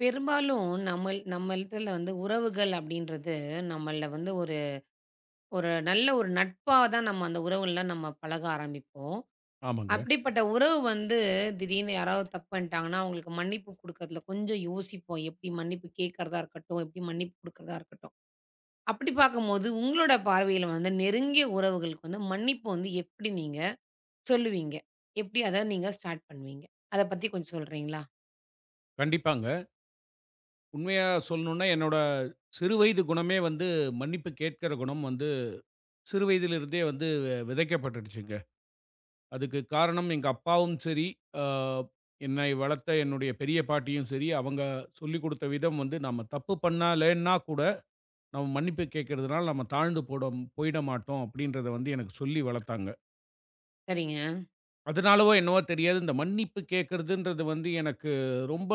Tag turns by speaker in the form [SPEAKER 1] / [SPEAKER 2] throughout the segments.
[SPEAKER 1] பெரும்பாலும் நம்மள்துல வந்து உறவுகள் அப்படின்றது நம்மள வந்து ஒரு ஒரு நல்ல ஒரு நட்பா தான் நம்ம அந்த உறவுல நம்ம பழக ஆரம்பிப்போம்.
[SPEAKER 2] ஆமாங்க.
[SPEAKER 1] அப்படிப்பட்ட உறவு வந்து திடீர்னு யாராவது தப்பு பண்ணிட்டாங்கன்னா, அவங்களுக்கு மன்னிப்பு குடுக்கறதுல கொஞ்சம் யோசிப்போம். எப்படி மன்னிப்பு கேட்கறதா இருக்கட்டும், எப்படி மன்னிப்பு குடுக்கறதா இருக்கட்டும். அப்படி பார்க்கும்போது உங்களோட பார்வையில வந்து நெருங்கிய உறவுகளுக்கு வந்து மன்னிப்பு வந்து எப்படி நீங்க சொல்லுவீங்க? எப்படி அத நீங்க ஸ்டார்ட் பண்ணுவீங்க? அத பத்தி கொஞ்சம் சொல்றீங்களா?
[SPEAKER 2] கண்டிப்பாங்க. உண்மையா சொல்லணும்னா, என்னோட சிறுவயது குணமே வந்து மன்னிப்பு கேட்கிற குணம் வந்து சிறுவயதிலிருந்தே வந்து விதைக்கப்பட்டுடுச்சுங்க. அதுக்கு காரணம் எங்க அப்பாவும் சரி, அ என்னை வளர்த்த என்னுடைய பெரிய பாட்டியும் சரி, அவங்க சொல்லிக் குடுத்த விதம் வந்து நம்ம தப்பு பண்ணலேன்னா கூட, நம்ம மன்னிப்பு கேட்கிறதுனால நம்ம தாழ்ந்து போடம் போயிட மாட்டோம் அப்படின்றத வந்து எனக்கு சொல்லி வளர்த்தாங்க.
[SPEAKER 1] சரிங்க.
[SPEAKER 2] அதனாலவோ என்னவோ தெரியாது, இந்த மன்னிப்பு கேட்கிறதுன்றது வந்து எனக்கு ரொம்ப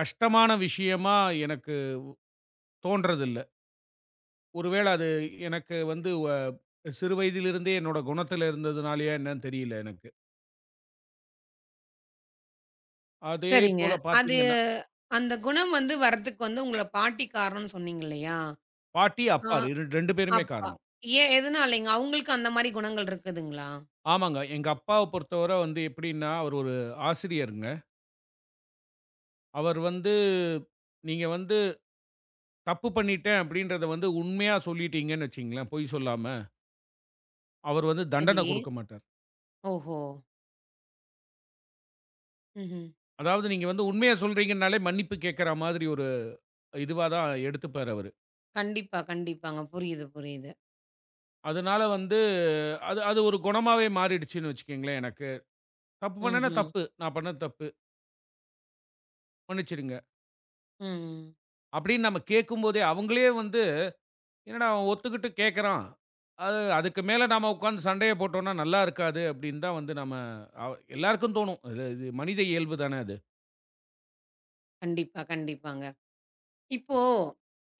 [SPEAKER 2] கஷ்டமான விஷயமா எனக்கு தோன்றதில்ல. ஒருவேள அது எனக்கு வந்து சிறு வயதிலிருந்தே என்னோட குணத்துல இருந்ததுனாலயா என்னன்னு தெரியல எனக்கு. அதே
[SPEAKER 1] சரிங்க.
[SPEAKER 2] போல
[SPEAKER 1] அது
[SPEAKER 2] பார்த்தீங்கன்னா,
[SPEAKER 1] அந்த குணம் வந்து வரதுக்கு வந்து உங்கள பாட்டி காரணம்னு சொன்னீங்க இல்லையா?
[SPEAKER 2] பாட்டி,
[SPEAKER 1] ஆ
[SPEAKER 2] அப்பா 2 பேருமே
[SPEAKER 1] அப்பா.
[SPEAKER 2] காரணம்.
[SPEAKER 1] ஏன் எதனாலைங்க? அவங்களுக்கு அந்த மாரி குணங்கள் இருக்குதுங்களா?
[SPEAKER 2] ஆமாங்க. எங்க அப்பாவ பொறுத்தவர வந்து எப்படின்னா, அவர் ஒரு ஆசிரியருங்க. அவர் வந்து நீங்க வந்து தப்பு பண்ணிட்டேன் அப்படின்றத வந்து உண்மையா சொல்லிட்டீங்கன்னு வச்சுக்கங்களேன், பொய் சொல்லாம. அவர் வந்து
[SPEAKER 1] சரி.
[SPEAKER 2] தண்டனை குடுக்க மாட்டார்.
[SPEAKER 1] ஓஹோ! ம்ஹ்ம்.
[SPEAKER 2] அதாவது நீங்க வந்து உண்மைய சொல்றீங்கன்னாலே மன்னிப்பு கேட்கிற மாதிரி ஒரு இதுவா தான் எடுத்துப்பாரு அவரு.
[SPEAKER 1] கண்டிப்பா, கண்டிப்பாங்க. புரியுது, புரியுது.
[SPEAKER 2] அதனால வந்து அது அது ஒரு குணமாவே மாறிடுச்சுன்னு வச்சுக்கங்களேன் எனக்கு. தப்பு பண்ணேன்னா
[SPEAKER 1] ம்ஹ்ம்.
[SPEAKER 2] தப்பு. நான் பண்ணது தப்பு. மன்னிச்சிடுங்க.
[SPEAKER 1] ம்.
[SPEAKER 2] அப்படின்னு நம்ம கேட்கும்போதே, அவங்களே வந்து என்னடா அவன் ஒத்துக்கிட்டு கேட்கறான். அதுக்கு மேல நாம உட்கார்ந்து சண்டைய போட்டோம்னா நல்லா இருக்காது அப்படின்னு தான் வந்து நம்ம அ எல்லாருக்கும் தோணும். இது இது மனித இயல்பு தானே அது.
[SPEAKER 1] கண்டிப்பா, கண்டிப்பாங்க. இப்போ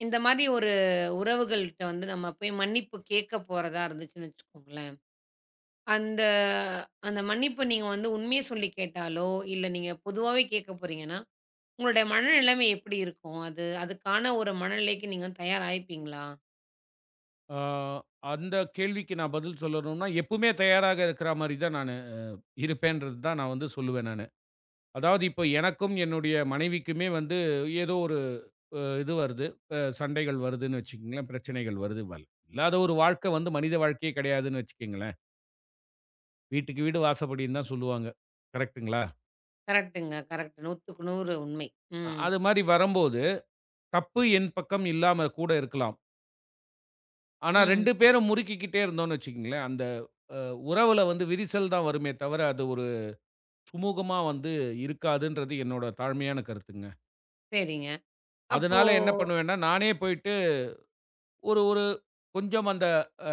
[SPEAKER 1] இந்த மாரி ஒரு உறவுகள்ட்ட வந்து நம்ம போய் மன்னிப்பு கேட்க போறதா இருந்துச்சுன்னு வச்சுக்கோங்களேன். அந்த அந்த மன்னிப்பு நீங்க வந்து உண்மைய சொல்லி கேட்டாலோ, இல்ல நீங்க பொதுவாவே கேட்க போறீங்கன்னா, உங்களுடைய மனநிலைமை எப்படி இருக்கும்? அது அதுக்கான ஒரு மனநிலைக்கு நீங்க வந்து தயாராயிப்பீங்களா?
[SPEAKER 2] ஆ அந்த கேள்விக்கு நான் பதில் சொல்லணும்னா, எப்பவுமே தயாராக இருக்கிற மாரி தான் நானு இருப்பேன்றது தான் நான் வந்து சொல்லுவேன் நானு. அதாவது இப்போ எனக்கும் என்னுடைய மனைவிக்குமே வந்து ஏதோ ஒரு இது வருது. சண்டைகள் வருதுன்னு வச்சுக்கங்களேன். பிரச்சனைகள் வருது. இல்லாத ஒரு வாழ்க்கை வந்து மனித வாழ்க்கையே கிடையாதுன்னு வச்சுக்கங்களேன். வீட்டுக்கு வீடு வாசப்படின்னு தான் சொல்லுவாங்க. கரெக்ட்டுங்களா?
[SPEAKER 1] கரெக்ட்டுங்க. கரெக்ட். 100க்கு 100 உண்மை. ம்.
[SPEAKER 2] அது மாரி வரும்போது, தப்பு என் பக்கம் இல்லாம கூட இருக்கலாம். ஆனா
[SPEAKER 1] ம்.
[SPEAKER 2] 2 பேரும் முறுக்கிக்கிட்டே இருந்தோம்னு வச்சுக்கங்களேன், அந்த அ உறவுல வந்து விரிசல் தான் வருமே தவிர, அது ஒரு சுமூகமா வந்து இருக்காதுன்றது என்னோட தாழ்மையான கருத்துங்க.
[SPEAKER 1] சரிங்க. அப்போ
[SPEAKER 2] அதனால என்ன பண்ணுவேன்னா, நானே போயிட்டு ஒரு ஒரு கொஞ்சம் அந்த அ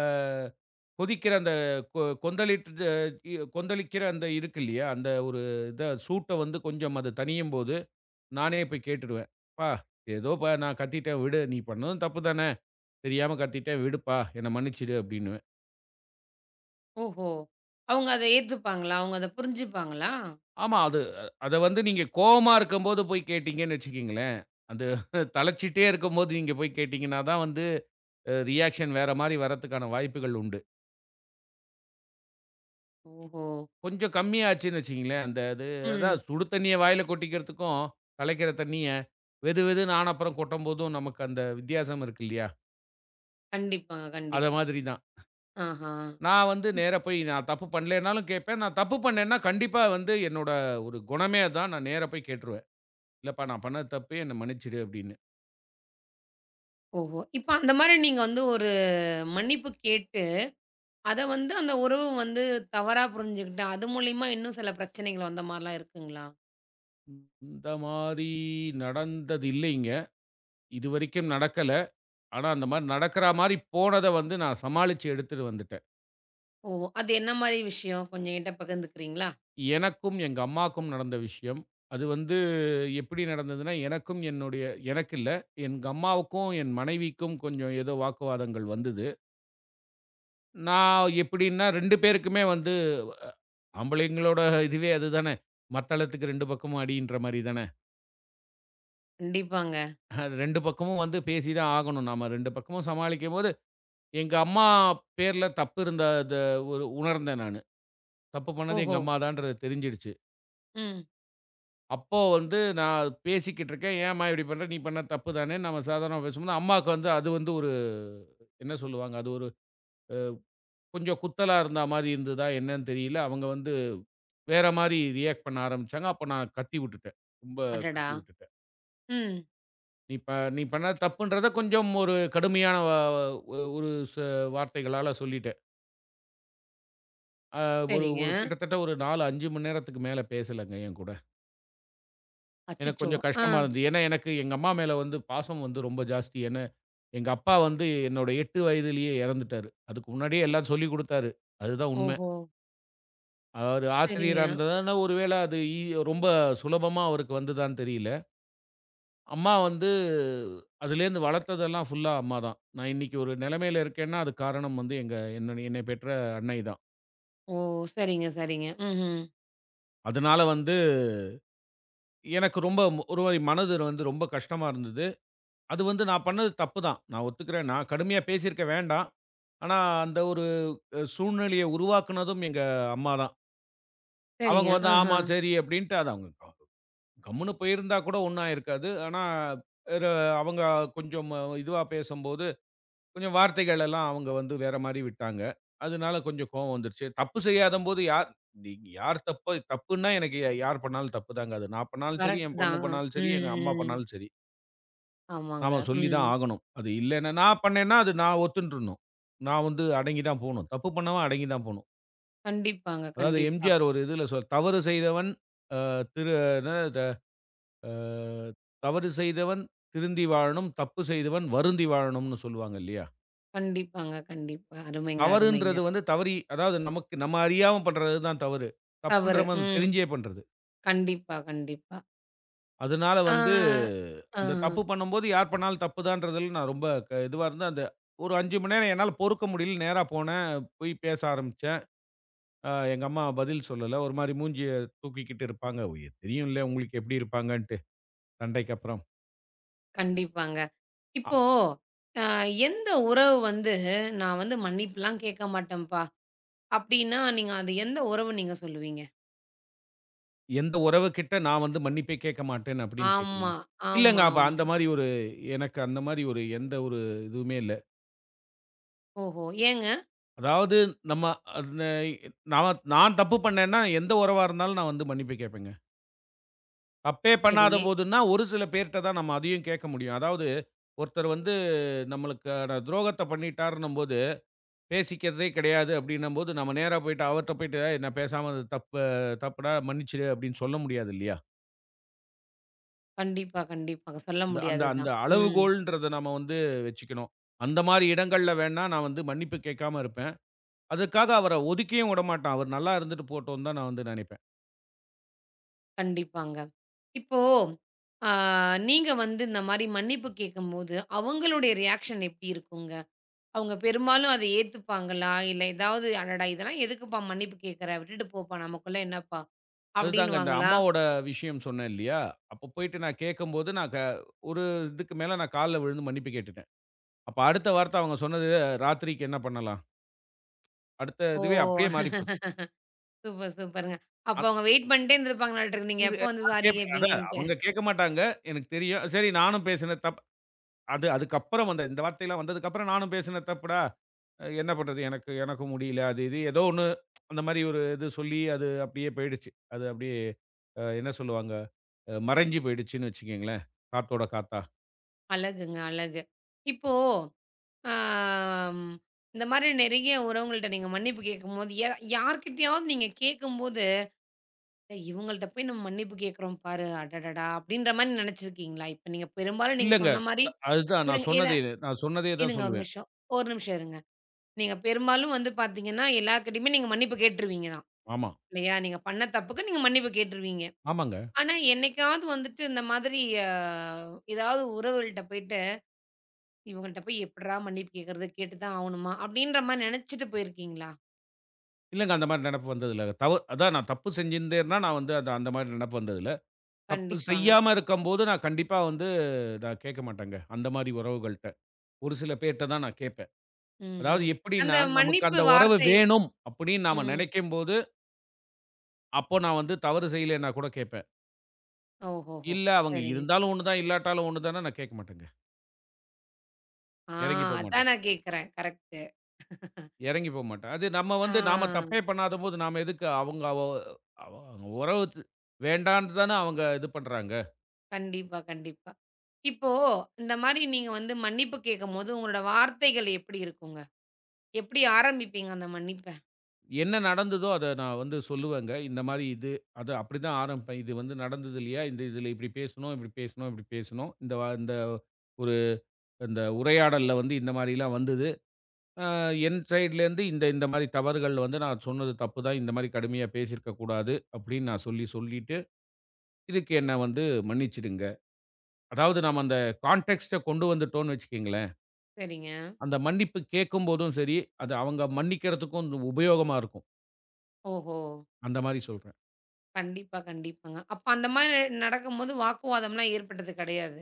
[SPEAKER 2] கொதிக்கிற அந்த கொ கொந்தளிட்டு கொந்தளிக்கிற அந்த இருக்கு இல்லையா? அந்த ஒரு இத சூட்ட வந்து கொஞ்சம் அது தணியும்போது, நானே போய் கேட்டுடுவேன். "ப்பா, ஏதோப்பா நான் கத்திட்டேன் விடு. நீ பண்ணதும் தப்பு தானே. தெரியாம கத்திட்டேன் விடுப்பா. என்ன மன்னிச்சிடு" அப்டின்னுவேன்.
[SPEAKER 1] ஓஹோ! அவங்க அத ஏத்துப்பாங்களா? அவங்க அத புரிஞ்சுப்பாங்களா?
[SPEAKER 2] ஆமா, அத வந்து நீங்க கோவமா இருக்கும்போது போய் கேட்டீங்கன்னு வச்சுக்கங்களேன், அது தளச்சிட்டே இருக்கும்போது நீங்க போய் கேட்டீங்கன்னா தான் வந்து ரியாக்ஷன் வேற மாரி வரதுக்கான வாய்ப்புகள் உண்டு.
[SPEAKER 1] ஓஹோ!
[SPEAKER 2] கொஞ்சம் கம்மியாச்சுன்னு வச்சுக்கங்களேன். அந்த அது
[SPEAKER 1] ம்.
[SPEAKER 2] அதான் சுடு தண்ணீய வாயில கொட்டிக்கிறதுக்கும், கலக்கிற தண்ணீய வெது வெதுன்னு ஆன அப்புறம் கொட்டும்போதும் நமக்கு அந்த வித்தியாசம் இருக்கு இல்லையா?
[SPEAKER 1] கண்டிப்பாங்க.
[SPEAKER 2] அத
[SPEAKER 1] கண்டிப்பா.
[SPEAKER 2] மாதிரி தான்.
[SPEAKER 1] ஆஹா!
[SPEAKER 2] நான் வந்து நேரா போய் நான் தப்பு பண்ணலேன்னாலும் கேட்பேன். நான் தப்பு பண்ணேன்னா கண்டிப்பா வந்து என்னோட ஒரு குணமே அதான். நான் நேரா போய் கேட்டுருவேன். "இல்லப்பா நான் பண்ணது தப்பு. என்ன மன்னிச்சுடு" அப்படின்னு.
[SPEAKER 1] ஓஹோ! இப்ப அந்த மாரி நீங்க வந்து ஒரு மன்னிப்பு கேட்டு, அத வந்து அந்த உறவு வந்து தவறா புரிஞ்சுகிட்டு, அது மூலியமா இன்னும் சில பிரச்சனைகள் வந்த மாரிலாம் இருக்குங்களா?
[SPEAKER 2] இந்த மாரி நடந்தது இல்லைங்க. இதுவரைக்கும் நடக்கல. ஆனா அந்த மாரி நடக்கிற மாரி போனத வந்து நான் சமாளிச்சு எடுத்துட்டு வந்துட்டேன்.
[SPEAKER 1] ஓ! அது என்ன மாரி விஷயம்? கொஞ்சம் என்ட்ட பகிர்ந்துக்கிறீங்களா?
[SPEAKER 2] எனக்கும் எங்க அம்மாக்கும் நடந்த விஷயம். அது வந்து எப்படி நடந்ததுன்னா, எனக்கும் எனக்கு இல்ல. எங்க அம்மாவுக்கும், என் மனைவிக்கும் கொஞ்சம் ஏதோ வாக்குவாதங்கள் வந்தது. நான் எப்படின்னா 2 பேருக்குமே வந்து ஆம்பளைங்களோட இதுவே அதுதானே. மத்தளத்துக்கு 2 பக்கமும் அடின்ற மாரி தானே.
[SPEAKER 1] கண்டிப்பாங்க.
[SPEAKER 2] அது 2 பக்கமும் வந்து பேசி தான் ஆகணும். நாம 2 பக்கமும் சமாளிக்கும்போது, எங்க அம்மா பேர்ல தப்பு இருந்த அத ஒரு உணர்ந்தேன் நானு. தப்பு பண்ணது எங்க
[SPEAKER 1] ஓஹோ!
[SPEAKER 2] அம்மா தான்ன்றது தெரிஞ்சிடுச்சு.
[SPEAKER 1] ம்.
[SPEAKER 2] அப்போ வந்து நான் பேசிக்கிட்டு இருக்கேன். "ஏம்மா இப்படி பண்ற? நீ பண்ண தப்பு தானேன்னு" நம்ம சாதாரணமா பேசும்போது, அம்மாவுக்கு வந்து அது வந்து ஒரு என்ன சொல்லுவாங்க? அது ஒரு கொஞ்சம் குத்தலா இருந்தா மாரி இருந்ததா என்னன்னு தெரியல. அவங்க வந்து வேற மாரி ரியாக்ட் பண்ண ஆரம்பிச்சாங்க. அப்ப நான் கத்தி விட்டுட்டேன். ரொம்ப
[SPEAKER 1] அடடா!
[SPEAKER 2] கத்தி விட்டுட்டேன்.
[SPEAKER 1] ம்.
[SPEAKER 2] "நீ ப நீ பண்ண தப்புன்றத" கொஞ்சம் ஒரு கடுமையான ஒரு வார்த்தைகளால சொல்லிட்டேன். அ ஒரு
[SPEAKER 1] சரிங்க.
[SPEAKER 2] ஒரு கிட்டத்தட்ட ஒரு 4, 5 மணி நேரத்துக்கு மேல பேசலங்க என் கூட. எனக்கு
[SPEAKER 1] அச்சச்சோ!
[SPEAKER 2] கொஞ்சம்
[SPEAKER 1] ஆ.
[SPEAKER 2] கஷ்டமா இருந்தது. ஏன்னா, எனக்கு எங்க அம்மா மேல வந்து பாசம் வந்து ரொம்ப ஜாஸ்தி. ஏன்னா, எங்க அப்பா வந்து என்னோட 8 வயதிலேயே இறந்துட்டாரு. அதுக்கு முன்னாடியே எல்லாம் சொல்லிக் குடுத்தாரு. அதுதான் உண்ம.
[SPEAKER 1] ஓஹோ!
[SPEAKER 2] அவரு ஆசிரியரா
[SPEAKER 1] சரிங்க.
[SPEAKER 2] இருந்ததுனால, ஒருவேள அது ரொம்ப சுலபமா அவருக்கு வந்துதான்னு தெரியல. அம்மா வந்து அதுலேருந்து வளர்த்ததெல்லாம் ஃபுல்லா அம்மா தான். நான் இன்னைக்கு ஒரு நிலைமையில இருக்கேன்னா, அதுக்கு காரணம் வந்து எங்க என்ன என்னை பெற்ற அன்னை தான்.
[SPEAKER 1] ஓ! சரிங்க, சரிங்க. ம்ஹ்ம்.
[SPEAKER 2] அதனால வந்து எனக்கு ரொம்ப ஒரு மாரி மனது வந்து ரொம்ப கஷ்டமா இருந்தது. அது வந்து நான் பண்ணது தப்பு தான். நான் ஒத்துக்கிறேன். நான் கடுமையா பேசியிருக்க வேண்டாம். ஆனா, அந்த ஒரு சூழ்நிலைய உருவாக்குனதும் எங்க அம்மா தான். அவங்க
[SPEAKER 1] சரிங்க.
[SPEAKER 2] வந்து,
[SPEAKER 1] ஆஹா.
[SPEAKER 2] "ஆமா, சரி" அப்படின்ட்டு அது அவங்க கம்முனு போயிருந்தா கூட ஒண்ணும் ஆயிருக்காது. ஆனா, ஒரு அவங்க கொஞ்சம் இதுவா பேசும்போது, கொஞ்சம் வார்த்தைகள் எல்லாம் அவங்க வந்து வேற மாரி விட்டாங்க. அதனால கொஞ்சம் கோவம் வந்துருச்சு. தப்பு செய்யாதம்போது யார் நீங்க யார் தப்பு தப்புன்னா எனக்கு யார் பண்ணாலும் தப்பு தாங்க. அது நான் பண்ணாலும் சரி,
[SPEAKER 1] கரெக்ட்
[SPEAKER 2] என் பொண்ணு
[SPEAKER 1] தான்.
[SPEAKER 2] பண்ணாலும் சரி,
[SPEAKER 1] ம்,
[SPEAKER 2] எங்க அம்மா
[SPEAKER 1] ம்.
[SPEAKER 2] பண்ணாலும் சரி.
[SPEAKER 1] ஆமாங்க.
[SPEAKER 2] நாம சொல்லி
[SPEAKER 1] ம்.
[SPEAKER 2] தான் ஆகணும். அது இல்லன்னா நான் பண்ணேன்னா, அது நான் ஒத்துன்ருணும். நான் வந்து அடங்கி தான் போணும். தப்பு பண்ணவன் அடங்கி தான் போணும்.
[SPEAKER 1] கண்டிப்பாங்க.
[SPEAKER 2] அதாவது
[SPEAKER 1] கண்டிப்பா.
[SPEAKER 2] எம்ஜிஆர் ஒரு இதுல சொல் "தவறு செய்தவன் அ திரு" அ தவறு செய்தவன் திருந்தி வாழணும், தப்பு செய்தவன் வருந்தி வாழணும்னு சொல்லுவாங்க இல்லையா?
[SPEAKER 1] கண்டிப்பாங்க. கண்டிப்பா. அருமைங்க, அருமைங்க.
[SPEAKER 2] தவறுன்றது வந்து தவறி அதாவது நமக்கு நம்ம அறியாம பண்றது தான் தவறு. தப்புன்ற
[SPEAKER 1] தவறு.
[SPEAKER 2] மாரி
[SPEAKER 1] ம்.
[SPEAKER 2] தெரிஞ்சே பண்றது.
[SPEAKER 1] கண்டிப்பா, கண்டிப்பா.
[SPEAKER 2] அதனால
[SPEAKER 1] ஆ,
[SPEAKER 2] வந்து
[SPEAKER 1] ஆ.
[SPEAKER 2] அந்த தப்பு பண்ணும்போது யார் பண்ணாலும் தப்பு தான்றதுல நான் ரொம்ப இதுவா இருந்தேன். அந்த ஒரு 5 மணி நேரம் என்னால பொறுக்க முடியல. நேரா போனேன். போய் பேச ஆரம்பிச்சேன். எங்க அம்மா பதில் சொல்லல. ஒரு மாரி மூஞ்சிய தூக்கிக்கிட்டு இருப்பாங்க. "ஓ, தெரியும்ல உங்களுக்கு எப்படி இருப்பாங்கன்ட்டு சண்டைக்கு அப்புறம்.
[SPEAKER 1] கண்டிப்பாங்க. இப்போ அ எந்த உறவு வந்து, "நான் வந்து மன்னிப்புலாம் கேட்க மாட்டேன்ப்பா." அப்படீன்னா, நீங்க அது எந்த உறவு நீங்க சொல்லுவீங்க?
[SPEAKER 2] எந்த உறவுகிட்ட நான் வந்து மன்னிப்பே கேட்க மாட்டேன் அப்படின்னு
[SPEAKER 1] ஆமா,
[SPEAKER 2] கேட்கிறீங்க. இல்லங்க.
[SPEAKER 1] ஆமா,
[SPEAKER 2] அப்ப
[SPEAKER 1] ஆமா.
[SPEAKER 2] அந்த மாரி ஒரு எனக்கு அந்த மாரி ஒரு எந்த ஒரு இதுவுமே இல்ல.
[SPEAKER 1] ஓஹோ! ஏங்க?
[SPEAKER 2] அதாவது நம்ம அந்த நான் நான் தப்பு பண்ணேன்னா, எந்த உறவா இருந்தாலும் நான் வந்து மன்னிப்பு கேட்பேங்க. தப்பே பண்ணாத
[SPEAKER 1] சரி.
[SPEAKER 2] போதுன்னா, ஒரு சில பேர்ட்ட தான் நம்ம அதையும் கேட்க முடியும். அதாவது ஒருத்தர் வந்து நம்மளுக்கான துரோகத்த பண்ணிட்டாருன்னும்போது, பேசிக்கிறதே கிடையாது அப்படின்னும்போது, நம்ம நேரா போயிட்டு அவர்ட்ட போயிட்டு, "ஏய் நான் பேசாம அது தப்பு தப்புடா மன்னிச்சிடு" அப்படின்னு சொல்ல முடியாது இல்லையா?
[SPEAKER 1] கண்டிப்பா, கண்டிப்பாங்க. சொல்ல
[SPEAKER 2] அந்த அந்த அந்த
[SPEAKER 1] முடியாததுதான். ம்.
[SPEAKER 2] அளவுகோல்ன்றத நம்ம வந்து வச்சுக்கணும். அந்த மாரி இடங்கள்ல வேணா நான் வந்து மன்னிப்பு கேட்காம இருப்பேன். அதுக்காக அவர ஒதுக்கியும் விடமாட்டேன். அவர் நல்லா இருந்துட்டு போட்டும்னு தான் நான் வந்து நெனைப்பேன்.
[SPEAKER 1] கண்டிப்பாங்க. இப்போ அ நீங்க வந்து இந்த மாரி மன்னிப்பு கேட்கும்போது, அவங்களுடைய ரியாக்ஷன் எப்டி இருக்குங்க? அவங்க பெரும்பாலும் அத ஏத்துப்பாங்களா? இல்ல ஏதாவது, "அடடா! இதெல்லாம் எதுக்குப்பா மன்னிப்பு கேட்குற? விட்டுட்டு போப்பா. நமக்குள்ள என்னப்பா?"
[SPEAKER 2] அதுதாங்க இந்த
[SPEAKER 1] அப்டின்னுவாங்களா?
[SPEAKER 2] அம்மாவோட விஷயம் சொன்னேன் இல்லையா? அப்ப போயிட்டு நான் கேட்கும்போது நான் ஒரு இதுக்கு மேல நான் கால்ல விழுந்து மன்னிப்பு கேட்டுட்டேன். அப்ப அடுத்த வார்த்தை அவங்க சொன்னது ராத்திரிக்கு என்ன பண்ணலாம்? அடுத்த
[SPEAKER 1] ஓ!
[SPEAKER 2] இதுவே அப்படியே மாறி போச்சு.
[SPEAKER 1] சூப்பர், சூப்பருங்க. அப்போ
[SPEAKER 2] அத்
[SPEAKER 1] அவங்க வெயிட் பண்ணிட்டே இருந்திருப்பாங்களாட்ருக்கு, நீங்க
[SPEAKER 2] இது
[SPEAKER 1] எப்போ வந்து
[SPEAKER 2] நான்
[SPEAKER 1] சாரி
[SPEAKER 2] கேட்பேன். அதான்
[SPEAKER 1] கேட்பீங்கன்ட்டு.
[SPEAKER 2] அவங்க கேட்க மாட்டாங்க. எனக்கு தெரியும். சரி நானும் பேசின தப்பு அதுக்கப்புறம் வந்த இந்த வார்த்தைலாம் வந்ததுக்கப்புறம் நானும் பேசினது தப்புடா. என்ன பண்றது? எனக்கும் முடியல. அது இது ஏதோ ஒண்ணு அந்த மாரி ஒரு இது சொல்லி, அது அப்படியே போயிடுச்சு. அது அப்படியே என்ன சொல்லுவாங்க? மறைஞ்சு போயிடுச்சுன்னு வச்சுக்கங்களேன். காத்தோட காத்தா.
[SPEAKER 1] அழகுங்க, அழகு. இப்போ ஆம், இந்த மாதிரி நெறைய உறவுங்கள்ட்ட நீங்க மன்னிப்பு கேட்கும்போது, யார்கிட்டயாவது நீங்க கேட்கும்போது, "இவங்கள்ட்ட போய் நம்ம மன்னிப்பு கேட்கிறோம் பாரு! அடடடா!" அப்படின்ற மாரி நெனச்சிருக்கீங்களா? இப்ப நீங்க பெரும்பாலும் நீங்க
[SPEAKER 2] இல்லங்க.
[SPEAKER 1] சொன்ன மாரி
[SPEAKER 2] அதுதான்
[SPEAKER 1] இருங்க இர
[SPEAKER 2] நான் சொன்னதே தான்
[SPEAKER 1] இருங்க ஒரு
[SPEAKER 2] சொல்லுவேன்.
[SPEAKER 1] நிமிஷம். ஒரு நிமிஷம் இருங்க. நீங்க பெரும்பாலும் வந்து பார்த்தீங்கன்னா, எல்லார்கிட்டயுமே நீங்க மன்னிப்பு கேட்டுருவீங்க தான்.
[SPEAKER 2] ஆமா.
[SPEAKER 1] இல்லையா? நீங்க பண்ண தப்புக்கு நீங்க மன்னிப்பு கேட்டுருவீங்க.
[SPEAKER 2] ஆமாங்க.
[SPEAKER 1] ஆனா, என்னைக்காவது வந்துட்டு இந்த மாதிரி ஏதாவது உறவுகள்ட்ட போயிட்டு, "இவங்கள்ட்ட போய் எப்புட்றா மன்னிப்பு கேட்கறது? கேட்டு தான் ஆவணுமா?" அப்படின்ற மாரி நெனச்சுட்டு போயிருக்கீங்களா?
[SPEAKER 2] இல்லங்க அந்த மாரி நெனப்பு வந்ததில்ல. அதான் நான் தப்பு செஞ்சிருந்தேன்னா, நான் வந்து அந்த அந்த மாரி நெனப்பு வந்ததில்ல. தப்பு
[SPEAKER 1] கண்டிப்பாங்க.
[SPEAKER 2] செய்யாம இருக்கும்போது, நான் கண்டிப்பா வந்து நான் கேட்க மாட்டேங்க. அந்த மாரி உறவுகள்ட்ட. ஒரு சில பேர்ட்ட தான் நான் கேட்பேன். அதாவது
[SPEAKER 1] ம்ஹ்ம். அந்த
[SPEAKER 2] எப்படின்னா, நமக்கு
[SPEAKER 1] மன்னிப்பு
[SPEAKER 2] அந்த உறவு
[SPEAKER 1] வார்த்தை
[SPEAKER 2] வேணும் அப்படின்னு நாம
[SPEAKER 1] ம்.
[SPEAKER 2] நெனைக்கும்போது அப்போ நான் வந்து தவறு செய்யலன்னா கூட கேட்பேன்.
[SPEAKER 1] ஓஹோஹோ!
[SPEAKER 2] இல்ல அவங்க
[SPEAKER 1] சரிங்க.
[SPEAKER 2] இருந்தாலும் ஒண்ணு தான், இல்லாட்டாலும் ஒண்ணு தான்னா நான் கேட்க மாட்டேங்க.
[SPEAKER 1] ஆ
[SPEAKER 2] எறங்கி போ
[SPEAKER 1] அதான்
[SPEAKER 2] மாட்டேன்.
[SPEAKER 1] நான் கேட்கிறேன். கரெக்ட்டு.
[SPEAKER 2] எறங்கி போ மாட்டேன். அது நம்ம
[SPEAKER 1] ஆ
[SPEAKER 2] வந்து நாம தப்பே பண்ணாதபோது நாம எதுக்கு அவங்க அவ அவ அவங்க உறவு வேண்டான்னு தான அவங்க இது பண்றாங்க.
[SPEAKER 1] கண்டிப்பா, கண்டிப்பா. இப்போ இந்த மாரி நீங்க வந்து மன்னிப்பு கேட்கும்போது, உங்களோட வார்த்தைகள் எப்படி இருக்குங்க? எப்படி ஆரம்பிப்பீங்க அந்த மன்னிப்ப?
[SPEAKER 2] என்ன நடந்ததோ அத நான் வந்து சொல்லுவேங்க. இந்த மாரி இது அது அப்படிதான் ஆரம்பிப்பேன். இது வந்து நடந்தது இல்லையா? இதுல இப்படி பேசணும், இப்படி பேசணும், இப்படி பேசணும். ஒரு இந்த உரையாடல்ல வந்து இந்த மாரிலாம் வந்தது. அ என் சைட்லேருந்து இந்த இந்த மாரி தவறுகள் வந்து நான் சொன்னது தப்பு தான். இந்த மாரி கடுமையா பேசியிருக்க கூடாது அப்படின்னு நான் சொல்லி சொல்லிட்டு, இதுக்கு என்ன வந்து மன்னிச்சிடுங்க. அதாவது நாம அந்த கான்டெக்ஸ்ட்ட கொண்டு வந்துட்டோம்னு வச்சுக்கங்களேன்,
[SPEAKER 1] சரிங்க.
[SPEAKER 2] அந்த மன்னிப்பு கேட்கும்போதும் சரி, அது அவங்க மன்னிக்கிறதுக்கும் வந்து உபயோகமா இருக்கும்.
[SPEAKER 1] ஓஹோ!
[SPEAKER 2] அந்த மாரி சொல்றேன்.
[SPEAKER 1] கண்டிப்பா, கண்டிப்பாங்க. அப்ப அந்த மாரி நடக்கும்போது வாக்குவாதம்லாம் ஏற்பட்டது கிடையாது.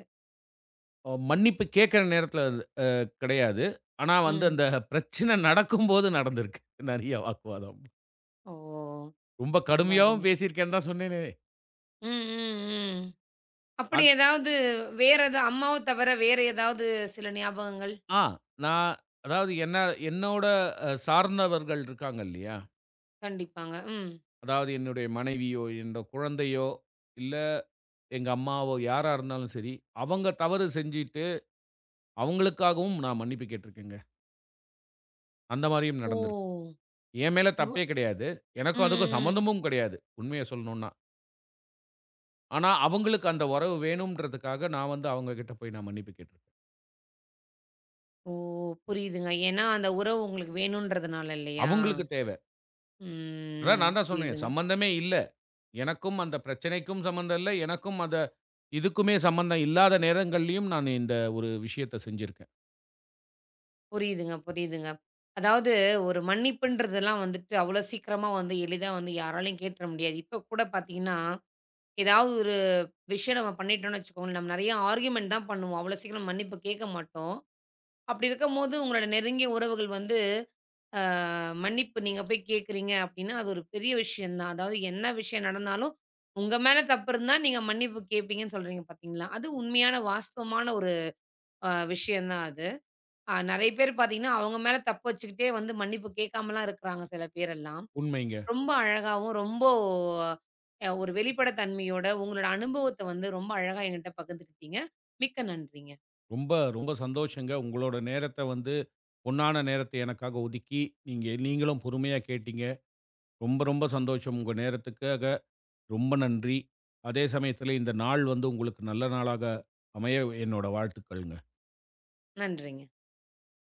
[SPEAKER 2] மன்னிப்பு கேட்கிற நேரத்தில அ கிடையாது. ஆனா வந்து
[SPEAKER 1] ம்.
[SPEAKER 2] அந்த பிரச்சனை நடக்கும்போது நடந்திருக்கு. நெறைய வாக்குவாதம்.
[SPEAKER 1] ஓ!
[SPEAKER 2] ரொம்ப
[SPEAKER 1] ரொம்ப
[SPEAKER 2] கடுமையாவும்
[SPEAKER 1] அருமை.
[SPEAKER 2] பேசியிருக்கேன்னு தான் சொன்னேனே.
[SPEAKER 1] ம், ம், ம். அப்படி ஏதாவது வேற எதா அம்மாவ தவிர வேற ஏதாவது சில ஞாபகங்கள்?
[SPEAKER 2] ஆ. நான் அதாவது என்னோட சார்ந்தவர்கள் இருக்காங்க இல்லையா?
[SPEAKER 1] கண்டிப்பாங்க. ம்.
[SPEAKER 2] அதாவது என்னுடைய மனைவியோ, என்னோட குழந்தையோ, இல்ல எங்க அம்மாவோ யாரா இருந்தாலும் சரி, அவங்க தவறு செஞ்சுட்டு, அவங்களுக்காகவும் நான் மன்னிப்பு கேட்டுருக்கேங்க. அந்த மாரியும்
[SPEAKER 1] ஓ!
[SPEAKER 2] நடந்திருக்கு. என் மேல
[SPEAKER 1] இவ
[SPEAKER 2] தப்பே கிடையாது.
[SPEAKER 1] ம்,
[SPEAKER 2] எனக்கும் அதுக்கும்
[SPEAKER 1] ம், ம்.
[SPEAKER 2] சம்மந்தமும் கிடையாது. உண்மைய சொல்லணும்னா. ஆனா அவங்களுக்கு அந்த உறவு வேணும்ன்றதுக்காக நான் வந்து அவங்க கிட்ட போய் நான் மன்னிப்பு கேட்டுருக்கேன்.
[SPEAKER 1] ஓ! புரியுதுங்க. ஏன்னா, அந்த உறவு உங்களுக்கு வேணுன்றதுனால இல்லையா?
[SPEAKER 2] அவங்களுக்கு தேவ. அதான்
[SPEAKER 1] ம்.
[SPEAKER 2] நான் தான் சொன்னேனே
[SPEAKER 1] புரியுதுங்க.
[SPEAKER 2] சம்மந்தமே இல்ல. எனக்கும் அந்த பிரச்சனைக்கும் சம்மந்தம் இல்ல. எனக்கும் இதுக்குமே சம்மந்தம் இல்லாத நேரங்கள்லயும் நான் இந்த ஒரு விஷயத்த செஞ்சிருக்கேன்.
[SPEAKER 1] புரியுதுங்க, புரியுதுங்க. அதாவது ஒரு மன்னிப்புன்றதெல்லாம் வந்துட்டு அவ்வளோ சீக்கிரமா வந்து எளிதா வந்து யாராலயும் கேட்டுற முடியாது. இப்ப கூட பார்த்தீங்கன்னா, ஏதாவது ஒரு விஷயம் நம்ம பண்ணிட்டோம்னு வச்சுக்கோங்களேன், நம்ம நெறைய ஆர்கியுமென்ட் தான் பண்ணுவோம். அவ்வளோ சீக்கிரம் மன்னிப்பு கேட்க மாட்டோம். அப்படி இருக்கும்போது உங்களோட நெருங்கிய உறவுகள் வந்து அ மன்னிப்பு நீங்க போய் கேட்குறீங்க அப்டின்னா, அது ஒரு பெரிய விஷயம் தான். அதாவது என்ன விஷயம் நடந்தாலும், உங்க மேல தப்பு இருந்தா நீங்க மன்னிப்பு கேட்பீங்கன்னு சொல்றீங்க பார்த்தீங்களா? அது உண்மையான வாஸ்தவமான ஒரு விஷயம் தான் அது. நெறைய பேர் பார்த்தீங்கன்னா, அவங்க மேல தப்பு வச்சுக்கிட்டே வந்து மன்னிப்பு கேட்காமலாம் இருக்கிறாங்க சில பேரெல்லாம்.
[SPEAKER 2] உண்மைங்க.
[SPEAKER 1] ரொம்ப அழகாவும், ரொம்ப ஒரு வெளிப்படைத்தன்மையோட உங்களோட அனுபவத்த வந்து ரொம்ப அழகா என்கிட்ட பகிர்ந்துக்கிட்டீங்க. மிக்க நன்றிங்க.
[SPEAKER 2] ரொம்ப ரொம்ப சந்தோஷங்க. உங்களோட நேரத்த வந்து பொன்னான நேரத்த எனக்காக ஒதுக்கி, நீங்களும் பொறுமையா கேட்டீங்க. ரொம்ப ரொம்ப சந்தோஷம். உங்க நேரத்துக்காக ரொம்ப நன்றி. அதே சமயத்தில இந்த நாள் வந்து உங்களுக்கு நல்ல நாளாக அமைய என்னோட வாழ்த்துக்கள்ங்க.
[SPEAKER 1] நன்றிங்க.